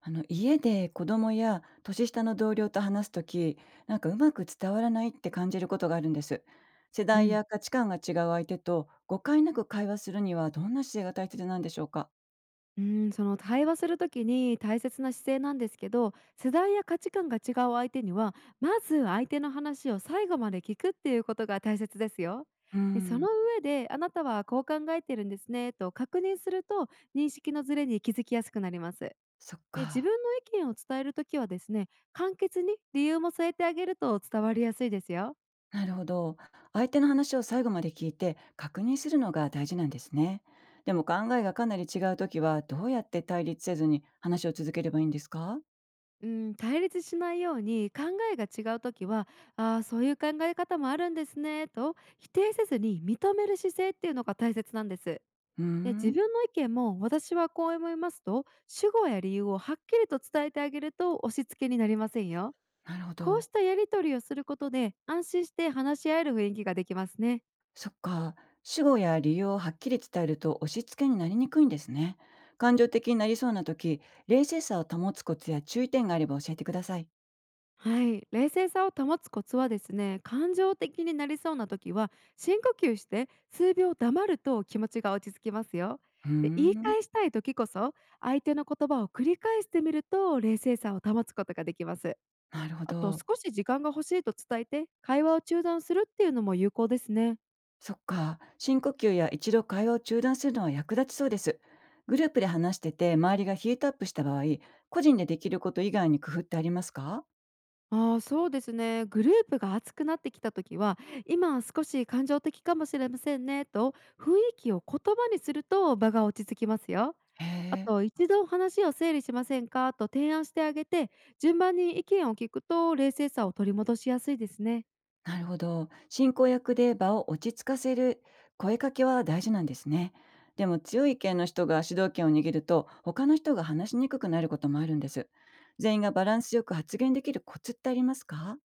あの家で子供や年下の同僚と話すとき、なんかうまく伝わらないって感じることがあるんです。世う代ん、や価値観が違う相手と誤解なく会話するにはどんな姿勢が大切なんでしょうか？その対話するときに大切な姿勢なんですけど、世代や価値観が違う相手には、まず相手の話を最後まで聞くっていうことが大切ですよ。うーで、そん、の上で「あなたはこう考えてるんですね」と確認すると、認識のズレに気づきやすくなります。そっで、自か。分の意見を伝えるときはですね、簡潔に理由も添えてあげると伝わりやすいですよ。なるほど。相手の話を最後まで聞いて確認するのが大事なんですね。でも考えがかなり違うときはどうやって対立せずに話を続ければいいんですか？うん、対立しないように、考えが違う時は「ああー、そういう考え方もあるんですね」と否定せずに認める姿勢っていうのが大切なんです。うーで、自ん。分の意見も「私はこう思います」と主語や理由をはっきりと伝えてあげると押し付けになりませんよ。なるほこうど。したやり取りをすることで、安心して話し合える雰囲気ができますね。そっか。主語や理由をはっきり伝えると押し付けになりにくいんですね。感情的になりそうな時、冷静さを保つコツや注意点があれば教えてください。はい、冷静さを保つコツはですね、感情的になりそうな時は深呼吸して数秒黙ると気持ちが落ち着きますよ。うーで、言いん、返したい時こそ、相手の言葉を繰り返してみると冷静さを保つことができます。なるほあと、ど。少し時間が欲しいと伝えて会話を中断するっていうのも有効ですね。そっか。深呼吸や一度会話を中断するのは役立ちそうです。グループで話してて周りがヒートアップした場合、個人でできること以外に工夫ってありますか？ああ、そうですね、グループが熱くなってきた時は「今少し感情的かもしれませんね」と雰囲気を言葉にすると場が落ち着きますよ。へあえ。と「一度話を整理しませんか？」と提案してあげて、順番に意見を聞くと冷静さを取り戻しやすいですね。なるほど。進行役で場を落ち着かせる声かけは大事なんですね。でも強い意見の人が主導権を握ると他の人が話しにくくなることもあるんです。全員がバランスよく発言できるコツってありますか？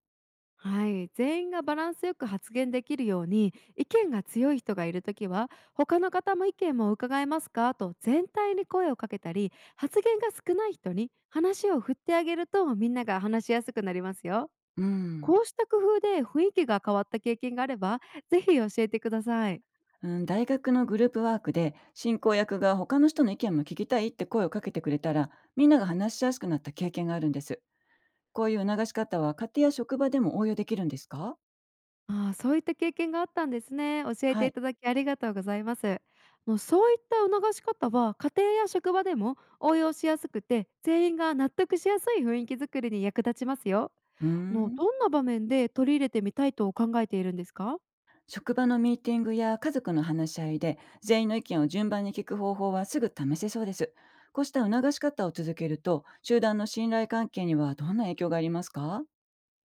はい、全員がバランスよく発言できるように、意見が強い人がいるときは「他の方も意見も伺えますか？」と全体に声をかけたり、発言が少ない人に話を振ってあげると、みんなが話しやすくなりますよ。うん。こうした工夫で雰囲気が変わった経験があれば、ぜひ教えてください。うん、大学のグループワークで進行役が他の人の意見も聞きたいって声をかけてくれたらみんなが話しやすくなった経験があるんです。こういう促し方は家庭や職場でも応用できるんですか？ああ、そういった経験があったんですね。教えはていい。ただきありがとうございます。のそういった促し方は、家庭や職場でも応用しやすくて、全員が納得しやすい雰囲気づくりに役立ちますよ。うーん。どんな場面で取り入れてみたいと考えているんですか？職場のミーティングや家族の話し合いで全員の意見を順番に聞く方法はすぐ試せそうです。こうした促し方を続けると集団の信頼関係にはどんな影響がありますか？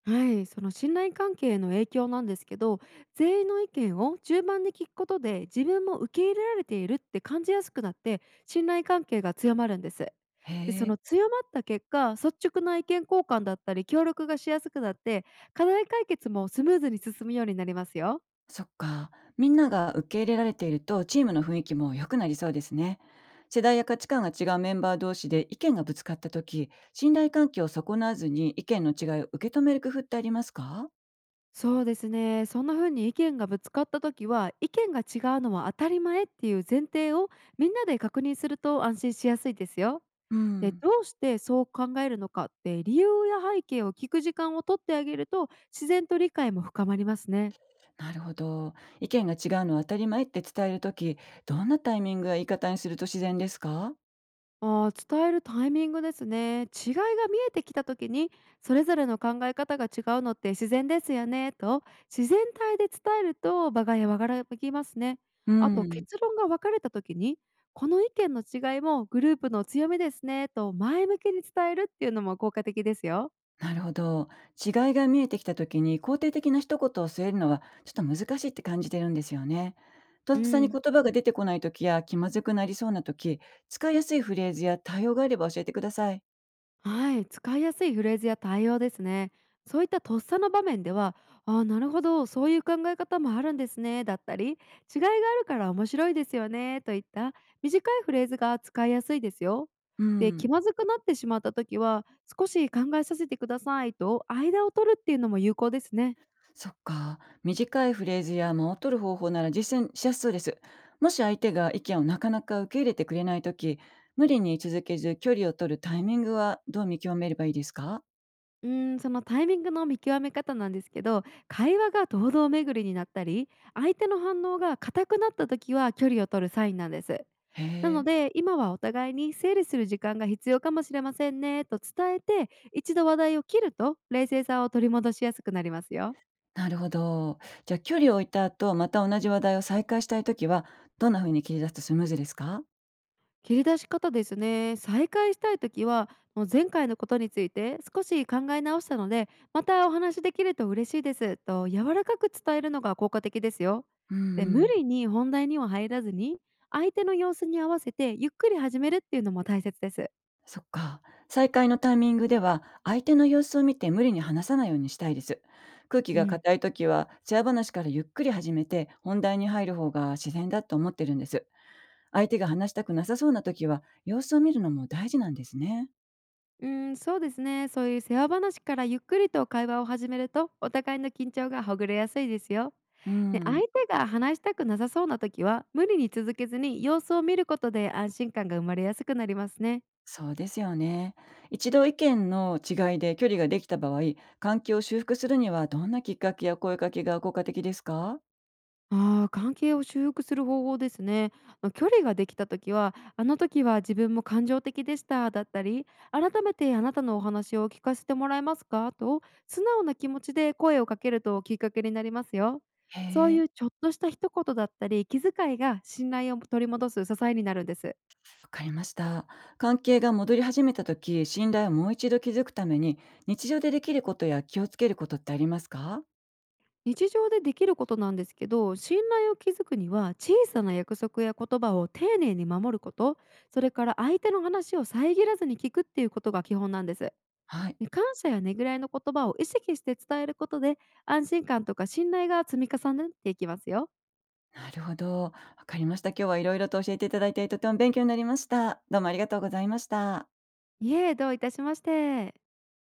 はい、その信頼関係への影響なんですけど、全員の意見を順番に聞くことで、自分も受け入れられているって感じやすくなって、信頼関係が強まるんです。へで、そえ、の強まった結果、率直な意見交換だったり協力がしやすくなって、課題解決もスムーズに進むようになりますよ。そっか。みんなが受け入れられているとチームの雰囲気も良くなりそうですね。世代や価値観が違うメンバー同士で意見がぶつかった時信頼関係を損なわずに意見の違いを受け止める工夫ってありますか？そうですね。そんな風に意見がぶつかった時は、意見が違うのは当たり前っていう前提をみんなで確認すると安心しやすいですよ。うで、ん。どうしてそう考えるのかって理由や背景を聞く時間をとってあげると、自然と理解も深まりますね。なるほど。意見が違うのは当たり前って伝えるとき、どんなタイミングや言い方にすると自然ですか？ああ、伝えるタイミングですね。違いが見えてきた時に「それぞれの考え方が違うのって自然ですよね」と自然体で伝えると場が和らぎますね。うあと、ん。結論が分かれた時に「この意見の違いもグループの強みですね」と前向きに伝えるっていうのも効果的ですよ。なるほど。違いが見えてきたときに肯定的な一言を添えるのはちょっと難しいって感じてるんですよね。とうっさにん。言葉が出てこないときや気まずくなりそうなとき、使いやすいフレーズや対応があれば教えてください。はい、使いやすいフレーズや対応ですね。そういったとっさの場面では、「ああ、なるほど、そういう考え方もあるんですね」だったり、「違いがあるから面白いですよね」といった短いフレーズが使いやすいですよ。うで、気ん。まずくなってしまった時は「少し考えさせてください」と、間を取るっていうのも有効ですね。そっか。短いフレーズや間を取る方法なら実践しやすそうです。もし相手が意見をなかなか受け入れてくれないとき、無理に続けず距離を取るタイミングはどう見極めればいいですか？そのタイミングの見極め方なんですけど、会話が堂々巡りになったり、相手の反応が硬くなった時は距離を取るサインなんです。へなのえ。で、「今はお互いに整理する時間が必要かもしれませんね」と伝えて、一度話題を切ると冷静さを取り戻しやすくなりますよ。なるほど。じゃあ距離を置いた後、また同じ話題を再開したいときは、どんな風に切り出すとスムーズですか？切り出し方ですね。再開したいときは、「もう前回のことについて少し考え直したので、またお話しできると嬉しいです」と柔らかく伝えるのが効果的ですよ。うで、無ん、理に本題には入らずに、相手の様子に合わせてゆっくり始めるっていうのも大切です。そっか。再会のタイミングでは、相手の様子を見て無理に話さないようにしたいです。空気うがん。硬い時は、チェア話からゆっくり始めて、本題に入る方が自然だと思ってるんです。相手が話したくなさそうな時は、様子を見るのも大事なんですね。うん、そうですね。そういう世話話からゆっくりと会話を始めると、お互いの緊張がほぐれやすいですよ。うで、相ん。手が話したくなさそうな時は、無理に続けずに様子を見ることで安心感が生まれやすくなりますね。そうですよね。一度意見の違いで距離ができた場合、関係を修復するには、どんなきっかけや声かけが効果的ですか？ああ、関係を修復する方法ですね。距離ができた時は、「あの時は自分も感情的でした」だったり、「改めてあなたのお話を聞かせてもらえますか」と、素直な気持ちで声をかけるときっかけになりますよ。へそういえ。うちょっとした一言だったり、気遣いが信頼を取り戻す支えになるんです。わかりました。関係が戻り始めた時、信頼をもう一度築くために、日常でできることや気をつけることってありますか？日常でできることなんですけど、信頼を築くには、小さな約束や言葉を丁寧に守ること、それから相手の話を遮らずに聞くっていうことが基本なんです。はい。で、感謝やねぐらいの言葉を意識して伝えることで、安心感とか信頼が積み重なっていきますよ。なるほど。わかりました。今日はいろいろと教えていただいて、とても勉強になりました。どうもありがとうございました。いえ、どういたしまして。